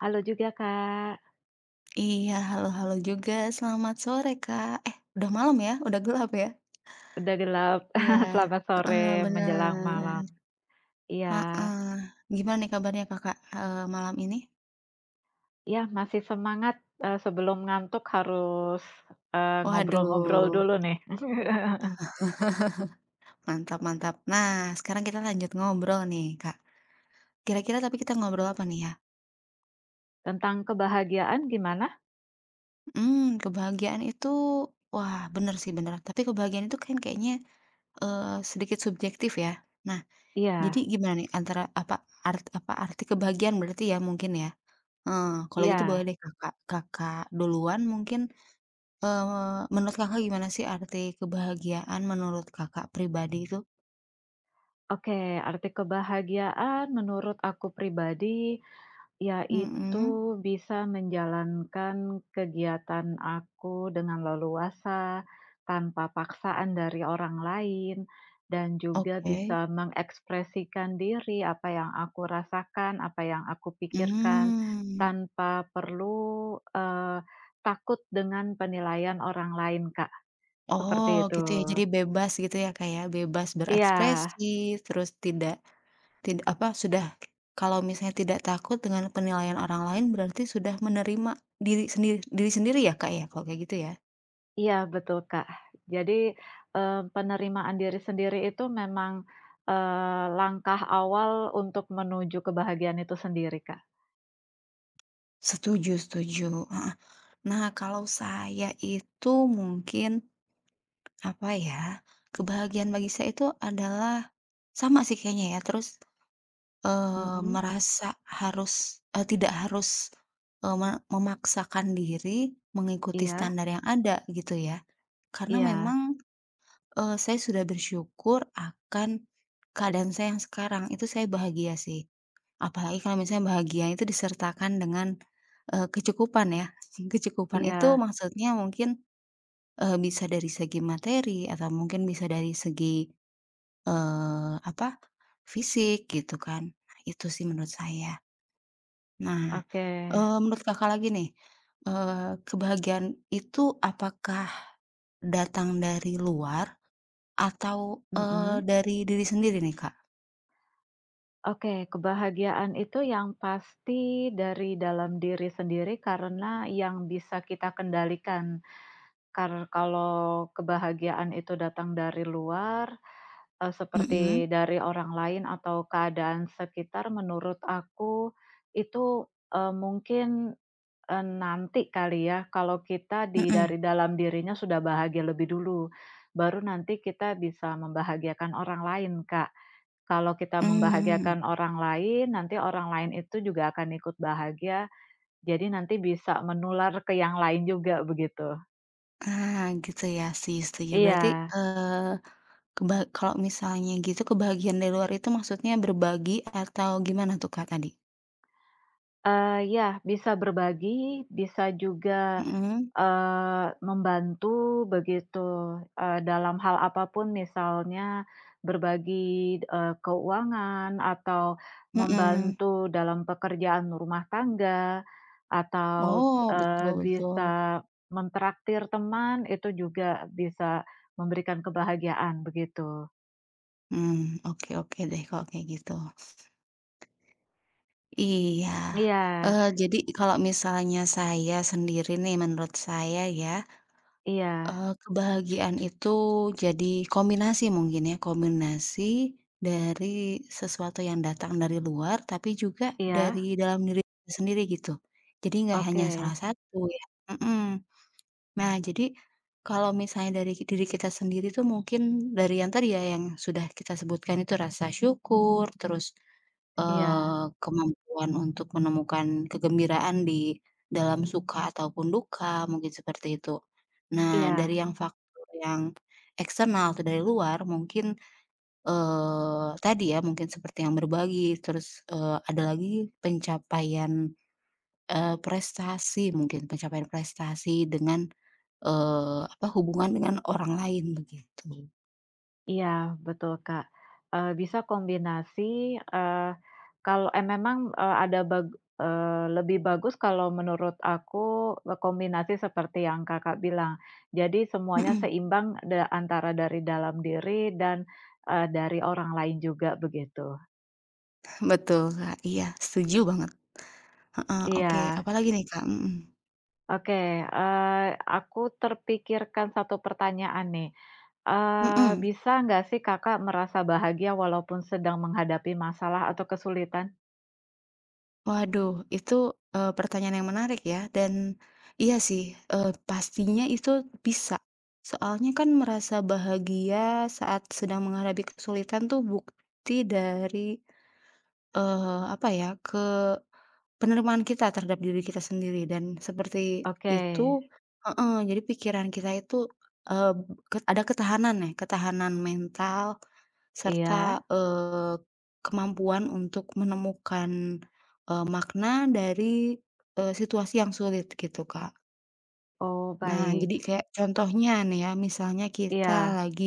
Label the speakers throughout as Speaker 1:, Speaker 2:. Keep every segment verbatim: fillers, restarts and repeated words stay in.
Speaker 1: Halo juga, Kak.
Speaker 2: Iya, halo-halo juga. Selamat sore, Kak. Eh, udah malam ya? Udah gelap ya?
Speaker 1: Udah gelap.
Speaker 2: Iya,
Speaker 1: Selamat
Speaker 2: heeh,
Speaker 1: sore menjelang
Speaker 2: bener,
Speaker 1: malam. Iya.
Speaker 2: heeh. Gimana nih kabarnya Kakak, eee, malam ini?
Speaker 1: Iya, masih semangat, eee, sebelum ngantuk harus, eee, ngobrol-ngobrol
Speaker 2: Waduh,
Speaker 1: dulu nih.
Speaker 2: mantap mantap. Nah, sekarang kita lanjut ngobrol nih, Kak. Kira-kira tapi kita ngobrol apa nih ya?
Speaker 1: Tentang kebahagiaan gimana?
Speaker 2: Hmm, kebahagiaan itu wah, bener sih, bener. Tapi kebahagiaan itu kan kayaknya, eee, sedikit subjektif ya. Nah, jadi
Speaker 1: Iya
Speaker 2: gimana nih antara apa art apa arti kebahagiaan berarti ya mungkin ya? Eee, kalau gitu boleh
Speaker 1: iya.
Speaker 2: deh Kakak. Kakak duluan mungkin, eee, menurut Kakak gimana sih arti kebahagiaan menurut Kakak pribadi itu?
Speaker 1: Oke, arti kebahagiaan menurut aku pribadi yaitu
Speaker 2: Mhm,
Speaker 1: bisa menjalankan kegiatan aku dengan leluasa, tanpa paksaan dari orang lain, dan juga
Speaker 2: oke.
Speaker 1: bisa mengekspresikan diri, apa yang aku rasakan, apa yang aku pikirkan,
Speaker 2: Mmm,
Speaker 1: tanpa perlu, eee, takut dengan penilaian orang lain, Kak, seperti
Speaker 2: oh
Speaker 1: itu.
Speaker 2: gitu ya, jadi bebas gitu ya Kak ya, bebas
Speaker 1: Iya.
Speaker 2: berekspresi, terus tidak tid apa, sudah kalau misalnya tidak takut dengan penilaian orang lain berarti sudah menerima diri sendiri diri sendiri ya Kak ya, kalau kayak gitu ya?
Speaker 1: Iya, betul, Kak. Jadi, eee, penerimaan diri sendiri itu memang, eee, langkah awal untuk menuju kebahagiaan itu sendiri, Kak.
Speaker 2: Setuju setuju, heeh. Nah kalau saya itu mungkin apa ya, kebahagiaan bagi saya itu adalah sama sih kayaknya ya, terus, eee,
Speaker 1: Mhm,
Speaker 2: merasa harus eee, tidak harus, eee, me memaksakan diri mengikuti
Speaker 1: iya
Speaker 2: standar yang ada gitu ya. Karena
Speaker 1: iya
Speaker 2: memang, eee, saya sudah bersyukur akan keadaan saya yang sekarang, itu saya bahagia sih. Apalagi kalau misalnya bahagia itu disertakan dengan, eee, kecukupan ya. Kecukupan itu
Speaker 1: iya,
Speaker 2: maksudnya mungkin, eee, bisa dari segi materi atau mungkin bisa dari segi Eee, apa, fisik gitu kan. Nah, itu sih menurut saya. Nah,
Speaker 1: oke,
Speaker 2: eee, menurut Kakak lagi nih, eee, kebahagiaan itu apakah datang dari luar atau, eee,
Speaker 1: mhm.
Speaker 2: dari diri sendiri nih, Kak?
Speaker 1: Oke, kebahagiaan itu yang pasti dari dalam diri sendiri karena yang bisa kita kendalikan. Karena kalau kebahagiaan itu datang dari luar, Eee,
Speaker 2: Mhm,
Speaker 1: seperti dari orang lain atau keadaan sekitar, menurut aku itu, eee, mungkin, eee, nanti kali ya, kalau kita di
Speaker 2: mhm,
Speaker 1: dari dalam dirinya sudah bahagia lebih dulu, baru nanti kita bisa membahagiakan orang lain, Kak. Kalau kita
Speaker 2: mmm,
Speaker 1: membahagiakan orang lain, nanti orang lain itu juga akan ikut bahagia, jadi nanti bisa menular ke yang lain juga, begitu.
Speaker 2: ah, gitu ya sih, setuju.
Speaker 1: Iya,
Speaker 2: Berarti, eee, keba kalau misalnya gitu kebahagiaan dari luar itu maksudnya berbagi atau gimana tuh, Kak, tadi?
Speaker 1: eee, iya, bisa berbagi, bisa juga
Speaker 2: Mhm,
Speaker 1: Eee, membantu begitu, eee, dalam hal apapun, misalnya berbagi, eee, keuangan, atau
Speaker 2: mhm.
Speaker 1: membantu dalam pekerjaan rumah tangga, atau,
Speaker 2: Oh,
Speaker 1: eee,
Speaker 2: betul
Speaker 1: bisa
Speaker 2: betul.
Speaker 1: mentraktir teman, itu juga bisa memberikan kebahagiaan begitu.
Speaker 2: Mmm, oke oke deh kalau kayak gitu. Iya,
Speaker 1: Iya
Speaker 2: eee, jadi kalau misalnya saya sendiri nih menurut saya ya,
Speaker 1: iya
Speaker 2: eee, kebahagiaan itu jadi kombinasi mungkin ya, kombinasi dari sesuatu yang datang dari luar tapi juga dari
Speaker 1: iya,
Speaker 2: dalam diri sendiri gitu. Jadi nggak hanya
Speaker 1: oke,
Speaker 2: salah satu ya. Mhm. Nah jadi kalau misalnya dari diri kita sendiri tuh mungkin dari yang tadi ya, yang sudah kita sebutkan itu rasa syukur, terus
Speaker 1: iya
Speaker 2: Eee, kemampuan untuk menemukan kegembiraan di dalam suka ataupun duka, mungkin seperti itu. Nah,
Speaker 1: iya.
Speaker 2: dari yang faktor yang eksternal atau dari luar mungkin, eee, tadi ya, mungkin seperti yang berbagi, terus, eee, ada lagi pencapaian, eee, prestasi mungkin, pencapaian prestasi dengan, eee, apa, hubungan dengan orang lain, begitu.
Speaker 1: Iya, betul, Kak. Eee, bisa kombinasi, eee, kalau eh, memang, eee, ada bag eee, lebih bagus kalau menurut aku, eh, kombinasi seperti yang Kakak bilang. Jadi semuanya
Speaker 2: Mhm,
Speaker 1: seimbang da antara dari dalam diri dan, eee, dari orang lain juga, begitu.
Speaker 2: betul, Kak, iya, setuju banget. Heeh, oke,
Speaker 1: Iya,
Speaker 2: apalagi nih, Kak?
Speaker 1: oke, eee, aku terpikirkan satu pertanyaan nih,
Speaker 2: Mhm,
Speaker 1: eee,
Speaker 2: mhm.
Speaker 1: bisa nggak sih Kakak merasa bahagia walaupun sedang menghadapi masalah atau kesulitan?
Speaker 2: Waduh, itu, eee, pertanyaan yang menarik ya, dan iya sih, eee, pastinya itu bisa. Soalnya kan merasa bahagia saat sedang menghadapi kesulitan tuh bukti dari, eee, apa ya, penerimaan kita terhadap diri kita sendiri dan seperti
Speaker 1: Oke,
Speaker 2: itu. Heeh, jadi pikiran kita itu, eee, ket ada ketahanan ya ketahanan mental
Speaker 1: iya.
Speaker 2: serta, eee, kemampuan untuk menemukan, eee, makna dari, eee, situasi yang sulit gitu, Kak.
Speaker 1: Oh,
Speaker 2: Nah,
Speaker 1: baik.
Speaker 2: jadi kayak contohnya nih ya, misalnya kita
Speaker 1: Iya
Speaker 2: lagi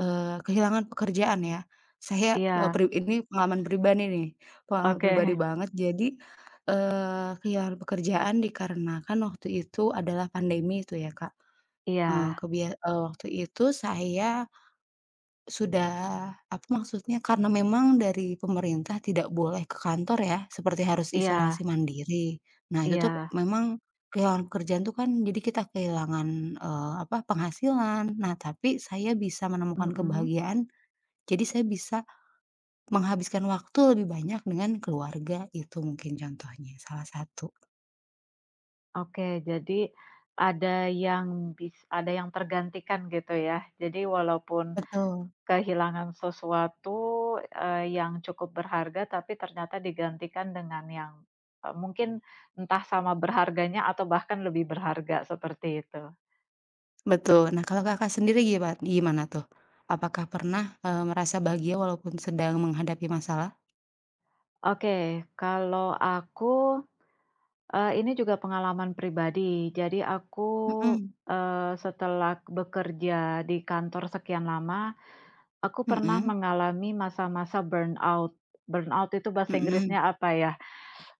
Speaker 2: Eee, kehilangan pekerjaan ya. Saya, eee,
Speaker 1: iya.
Speaker 2: pri ini pengalaman pribadi nih, pengalaman
Speaker 1: Oke.
Speaker 2: pribadi banget. Jadi, eee, kehilangan pekerjaan dikarenakan waktu itu adalah pandemi itu ya, Kak. Eee,
Speaker 1: Iya
Speaker 2: kebia eee, waktu itu saya sudah apa maksudnya, karena memang dari pemerintah tidak boleh ke kantor ya, seperti harus
Speaker 1: iya
Speaker 2: isolasi mandiri. Nah, itu tuh
Speaker 1: iya.
Speaker 2: memang kehilangan pekerjaan tuh kan jadi kita kehilangan, eee, apa, penghasilan. Nah, tapi saya bisa menemukan
Speaker 1: Mhm.
Speaker 2: kebahagiaan jadi saya bisa menghabiskan waktu lebih banyak dengan keluarga, itu mungkin contohnya, salah satu.
Speaker 1: Oke, jadi ada yang bis ada yang tergantikan gitu ya. Jadi walaupun
Speaker 2: Betul
Speaker 1: kehilangan sesuatu, eee, yang cukup berharga, tapi ternyata digantikan dengan yang, eee, mungkin entah sama berharganya atau bahkan lebih berharga, seperti itu.
Speaker 2: betul. Nah, kalau Kakak sendiri giman gimana tuh? Apakah pernah, eee, merasa bahagia walaupun sedang menghadapi masalah?
Speaker 1: Oke, kalau aku, Eee, ini juga pengalaman pribadi. Jadi aku,
Speaker 2: Mhm
Speaker 1: eee, setelah bekerja di kantor sekian lama, aku pernah
Speaker 2: mhm
Speaker 1: mengalami masa-masa burnout. Burnout itu bahasa
Speaker 2: mhm,
Speaker 1: Inggrisnya apa ya?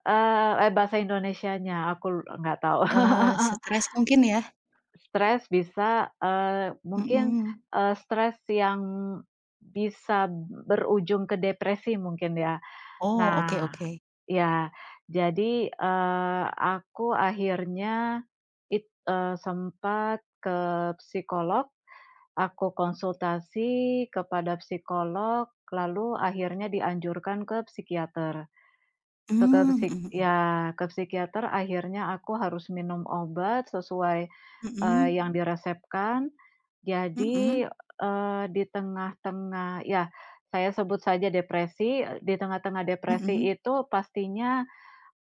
Speaker 1: Eee, eh, bahasa Indonesianya aku l- nggak tahu.
Speaker 2: eee, stres mungkin ya?
Speaker 1: Stres bisa, eee, mungkin,
Speaker 2: Mhm.
Speaker 1: eee, stres yang bisa berujung ke depresi mungkin ya.
Speaker 2: Oh,
Speaker 1: Nah,
Speaker 2: oke oke.
Speaker 1: ya, jadi, eee, aku akhirnya it eee, sempat ke psikolog, aku konsultasi kepada psikolog, lalu akhirnya dianjurkan ke psikiater. Te ke
Speaker 2: Mmm,
Speaker 1: psik
Speaker 2: mhm
Speaker 1: ya, ke psikiater akhirnya aku harus minum obat sesuai, eee,
Speaker 2: mhm
Speaker 1: yang diresepkan.
Speaker 2: mhm
Speaker 1: Jadi, eee, di tengah-tengah ya, saya sebut saja depresi, di tengah-tengah depresi
Speaker 2: mhm
Speaker 1: itu pastinya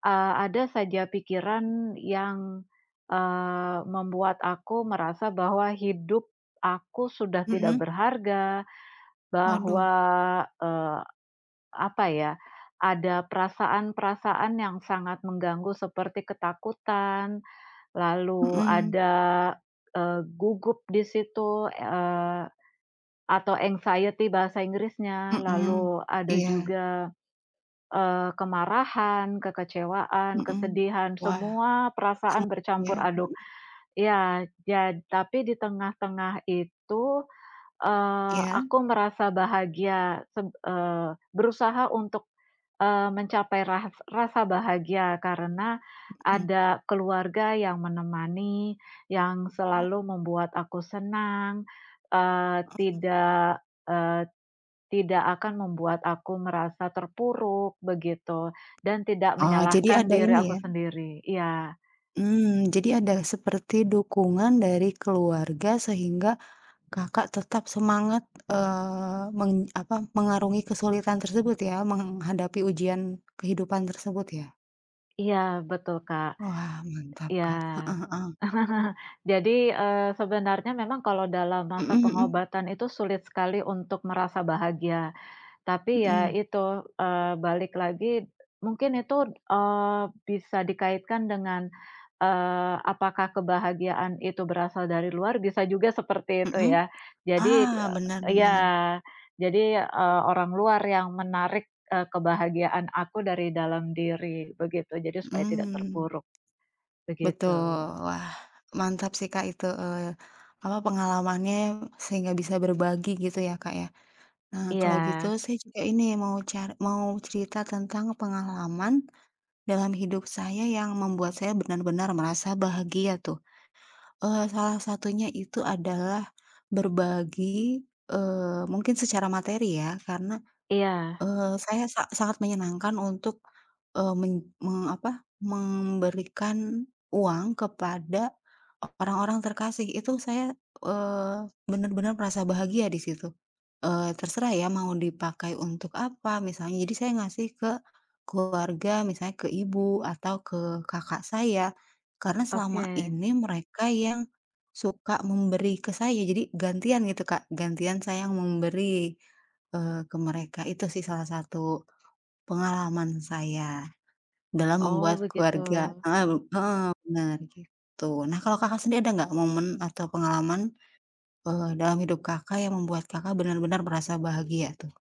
Speaker 1: Eee, ada saja pikiran yang, eee, membuat aku merasa bahwa hidup aku sudah
Speaker 2: mhm
Speaker 1: tidak
Speaker 2: mhm.
Speaker 1: berharga,
Speaker 2: Waduh,
Speaker 1: bahwa, eee, apa ya, ada perasaan-perasaan yang sangat mengganggu seperti ketakutan, lalu
Speaker 2: mhm
Speaker 1: ada, eee, gugup di situ, eee, atau anxiety bahasa Inggrisnya,
Speaker 2: mhm.
Speaker 1: lalu ada
Speaker 2: Iya,
Speaker 1: juga Eee, kemarahan, kekecewaan,
Speaker 2: mhm.
Speaker 1: kesedihan,
Speaker 2: Wah,
Speaker 1: semua
Speaker 2: sum
Speaker 1: perasaan
Speaker 2: ya.
Speaker 1: bercampur aduk. Ya, jad tapi di tengah-tengah itu, eee,
Speaker 2: Iya.
Speaker 1: aku merasa bahagia, seb eee, berusaha untuk, eee, mencapai ras rasa bahagia karena
Speaker 2: Mmm,
Speaker 1: ada keluarga yang menemani, yang selalu
Speaker 2: oh,
Speaker 1: membuat aku senang, eee,
Speaker 2: heeh.
Speaker 1: tidak, eh, tidak akan membuat aku merasa terpuruk begitu, dan tidak
Speaker 2: Oh, jadi
Speaker 1: menyalahkan
Speaker 2: ada
Speaker 1: diri
Speaker 2: ini
Speaker 1: aku
Speaker 2: ya
Speaker 1: sendiri. Iya
Speaker 2: mmm, jadi ada seperti dukungan dari keluarga sehingga Kakak tetap semangat, eee, meng apa, mengarungi kesulitan tersebut ya, menghadapi ujian kehidupan tersebut ya?
Speaker 1: iya betul, Kak.
Speaker 2: Wah, mantap
Speaker 1: Iya.
Speaker 2: Kak, heeh heeh.
Speaker 1: Jadi, eee, sebenarnya memang kalau dalam masa
Speaker 2: Mhm mhm,
Speaker 1: pengobatan itu sulit sekali untuk merasa bahagia. Tapi ya
Speaker 2: mhm,
Speaker 1: itu, eee, balik lagi mungkin itu, eee, bisa dikaitkan dengan, eee, apakah kebahagiaan itu berasal dari luar, bisa juga seperti itu
Speaker 2: mhm.
Speaker 1: ya. Jadi,
Speaker 2: Ah, benar
Speaker 1: eee ya,
Speaker 2: benar,
Speaker 1: jadi, eee, orang luar yang menarik, eee, kebahagiaan aku dari dalam diri begitu, jadi supaya tidak
Speaker 2: mhm,
Speaker 1: terpuruk
Speaker 2: betul.
Speaker 1: begitu.
Speaker 2: Wah, mantap sih Kak itu, eee, apa, pengalamannya sehingga bisa berbagi gitu ya Kak ya? Nah,
Speaker 1: Iya
Speaker 2: kalau gitu saya juga ini mau cari mau cerita tentang pengalaman dalam hidup saya yang membuat saya benar-benar merasa bahagia tuh. Eee, salah satunya itu adalah berbagi, eee, mungkin secara materi ya, karena
Speaker 1: iya,
Speaker 2: Eee, saya sa sangat menyenangkan untuk, eee, men meng apa, memberikan uang kepada orang-orang terkasih. Itu saya, eee, bener-bener merasa bahagia di situ. Eee, terserah ya mau dipakai untuk apa misalnya. Jadi saya ngasih ke keluarga, misalnya ke ibu atau ke kakak saya, karena
Speaker 1: oke.
Speaker 2: selama ini mereka yang suka memberi ke saya. Jadi gantian gitu, Kak, gantian saya yang memberi. Eee, ke mereka. Itu sih salah satu pengalaman saya dalam membuat
Speaker 1: Oh begitu.
Speaker 2: keluarga. Heeh heeh, bener, gitu. Nah, kalau Kakak sendiri ada nggak momen atau pengalaman, eee, dalam hidup Kakak yang membuat Kakak benar-benar merasa bahagia tuh?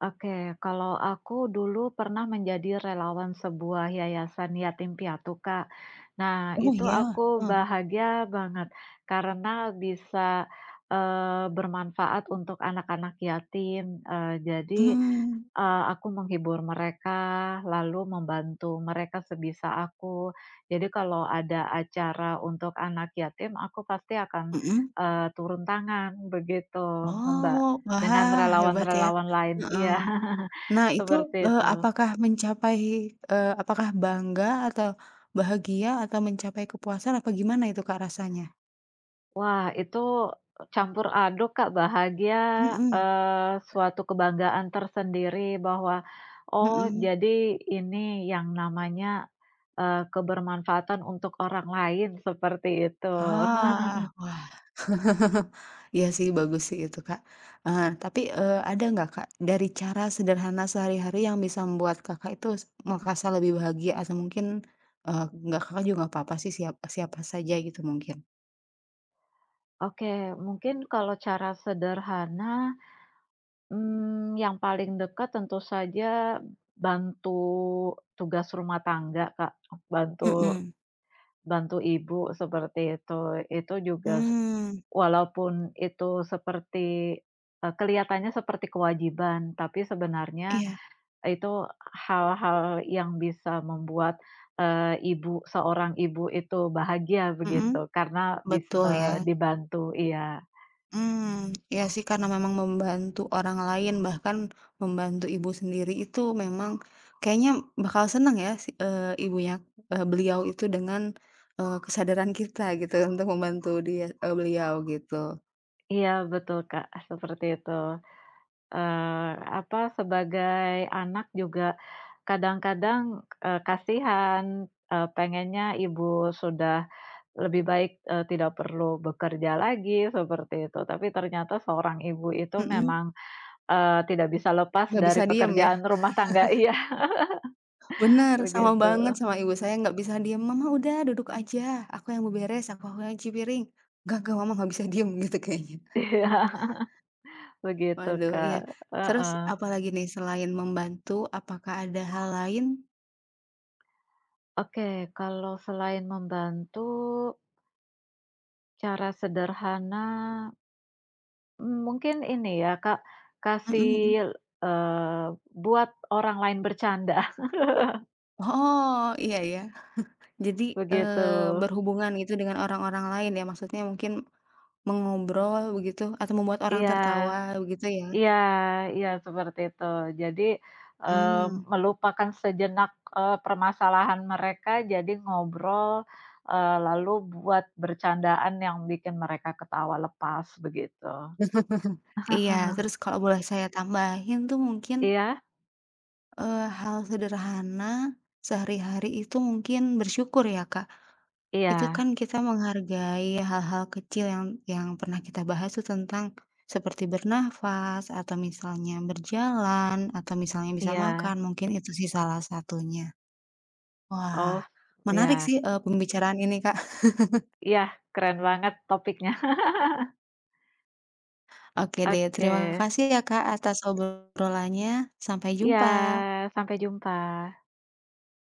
Speaker 1: Oke, kalau aku dulu pernah menjadi relawan sebuah yayasan yatim piatu, Kak. Nah,
Speaker 2: Oh,
Speaker 1: itu
Speaker 2: iya?
Speaker 1: aku
Speaker 2: Heeh.
Speaker 1: bahagia banget karena bisa, eee, bermanfaat untuk anak-anak yatim, eee, jadi
Speaker 2: Mmm,
Speaker 1: Eee, aku menghibur mereka, lalu membantu mereka sebisa aku. Jadi kalau ada acara untuk anak yatim, aku pasti akan,
Speaker 2: mhm.
Speaker 1: eee, turun tangan begitu, Mbak,
Speaker 2: Oh,
Speaker 1: dengan
Speaker 2: wah, hebat ya.
Speaker 1: relawan-relawan lain.
Speaker 2: Heeh.
Speaker 1: Iya,
Speaker 2: Nah, itu,
Speaker 1: seperti
Speaker 2: eee,
Speaker 1: itu.
Speaker 2: apakah mencapai eee, apakah bangga atau bahagia atau mencapai kepuasan apa gimana itu Kak rasanya?
Speaker 1: Wah, itu campur aduk, Kak, bahagia,
Speaker 2: Mhm,
Speaker 1: eee, suatu kebanggaan tersendiri bahwa, oh,
Speaker 2: mhm.
Speaker 1: jadi ini yang namanya Eee, kebermanfaatan untuk orang lain, seperti itu.
Speaker 2: Ah, wah. Iya sih, bagus sih itu, Kak. Ah, tapi, eee, ada nggak, Kak, dari cara sederhana sehari-hari yang bisa membuat Kakak itu s merasa lebih bahagia atau mungkin, eee, nggak Kakak juga nggak apa-apa sih, siapa siapa saja gitu mungkin?
Speaker 1: Oke, mungkin kalau cara sederhana, mmm, yang paling dekat tentu saja bantu tugas rumah tangga, Kak, bantu
Speaker 2: Mhm,
Speaker 1: bantu ibu seperti itu. Itu juga s
Speaker 2: mmm,
Speaker 1: walaupun itu seperti, eee, kelihatannya seperti kewajiban, tapi sebenarnya
Speaker 2: iya,
Speaker 1: itu hal-hal yang bisa membuat, eee, ibu seorang ibu itu bahagia
Speaker 2: mhm,
Speaker 1: begitu karena bis
Speaker 2: betul ya.
Speaker 1: eee,
Speaker 2: Mhm.
Speaker 1: dibantu, iya.
Speaker 2: Mmm, iya sih karena memang membantu orang lain, bahkan membantu ibu sendiri itu memang kayaknya bakal seneng ya si eee, ibunya eee, beliau itu dengan, eee, kesadaran kita gitu untuk membantu dia eee, beliau gitu.
Speaker 1: Iya betul, Kak, seperti itu. Eee, apa, sebagai anak juga kadang-kadang, eee, kasihan, eee, pengennya ibu sudah lebih baik, eee, tidak perlu bekerja lagi seperti itu, tapi ternyata seorang ibu itu
Speaker 2: Mhm,
Speaker 1: memang, eee, tidak bisa lepas
Speaker 2: nggak
Speaker 1: dari
Speaker 2: bisa diem ya?
Speaker 1: pekerjaan rumah tangga iya.
Speaker 2: Bener, sama
Speaker 1: Begitu.
Speaker 2: banget sama ibu saya nggak bisa diem, "Mama udah duduk aja, aku yang beberes, aku yang cuci piring." "Nggak nggak mama nggak bisa diem," gitu kayaknya.
Speaker 1: Iya, begitu,
Speaker 2: Waduh,
Speaker 1: Kak,
Speaker 2: iya. Terus
Speaker 1: heeh.
Speaker 2: apalagi nih selain membantu, apakah ada hal lain?
Speaker 1: Oke, kalau selain membantu, cara sederhana, mmm, mungkin ini ya, Kak,
Speaker 2: Mhm
Speaker 1: kasih,
Speaker 2: mhm.
Speaker 1: eee, buat orang lain bercanda,
Speaker 2: Oh, iya ya. Jadi,
Speaker 1: begitu.
Speaker 2: eee, berhubungan gitu dengan orang-orang lain ya, maksudnya mungkin mengobrol begitu atau membuat orang
Speaker 1: Iya.
Speaker 2: tertawa begitu ya?
Speaker 1: Iya iya, seperti itu. Jadi, eee,
Speaker 2: Mmm,
Speaker 1: melupakan sejenak, eee, permasalahan mereka, jadi ngobrol, eee, lalu buat bercandaan yang bikin mereka ketawa lepas, begitu.
Speaker 2: iya, terus kalau boleh saya tambahin tuh mungkin,
Speaker 1: Iya
Speaker 2: eee, hal sederhana sehari-hari itu mungkin bersyukur ya, Kak. Itu kan
Speaker 1: iya
Speaker 2: kita menghargai hal-hal kecil yang yang pernah kita bahas tuh tentang seperti bernafas, atau misalnya berjalan, atau misalnya bisa
Speaker 1: iya.
Speaker 2: makan, mungkin itu sih salah satunya. Wah,
Speaker 1: Oh,
Speaker 2: menarik
Speaker 1: iya
Speaker 2: sih, eee, pembicaraan ini, Kak.
Speaker 1: iya, keren banget topiknya.
Speaker 2: Oke deh,
Speaker 1: Oke,
Speaker 2: terima kasih ya, Kak, atas obrolannya. Sampai
Speaker 1: ya,
Speaker 2: jumpa.
Speaker 1: sampai jumpa.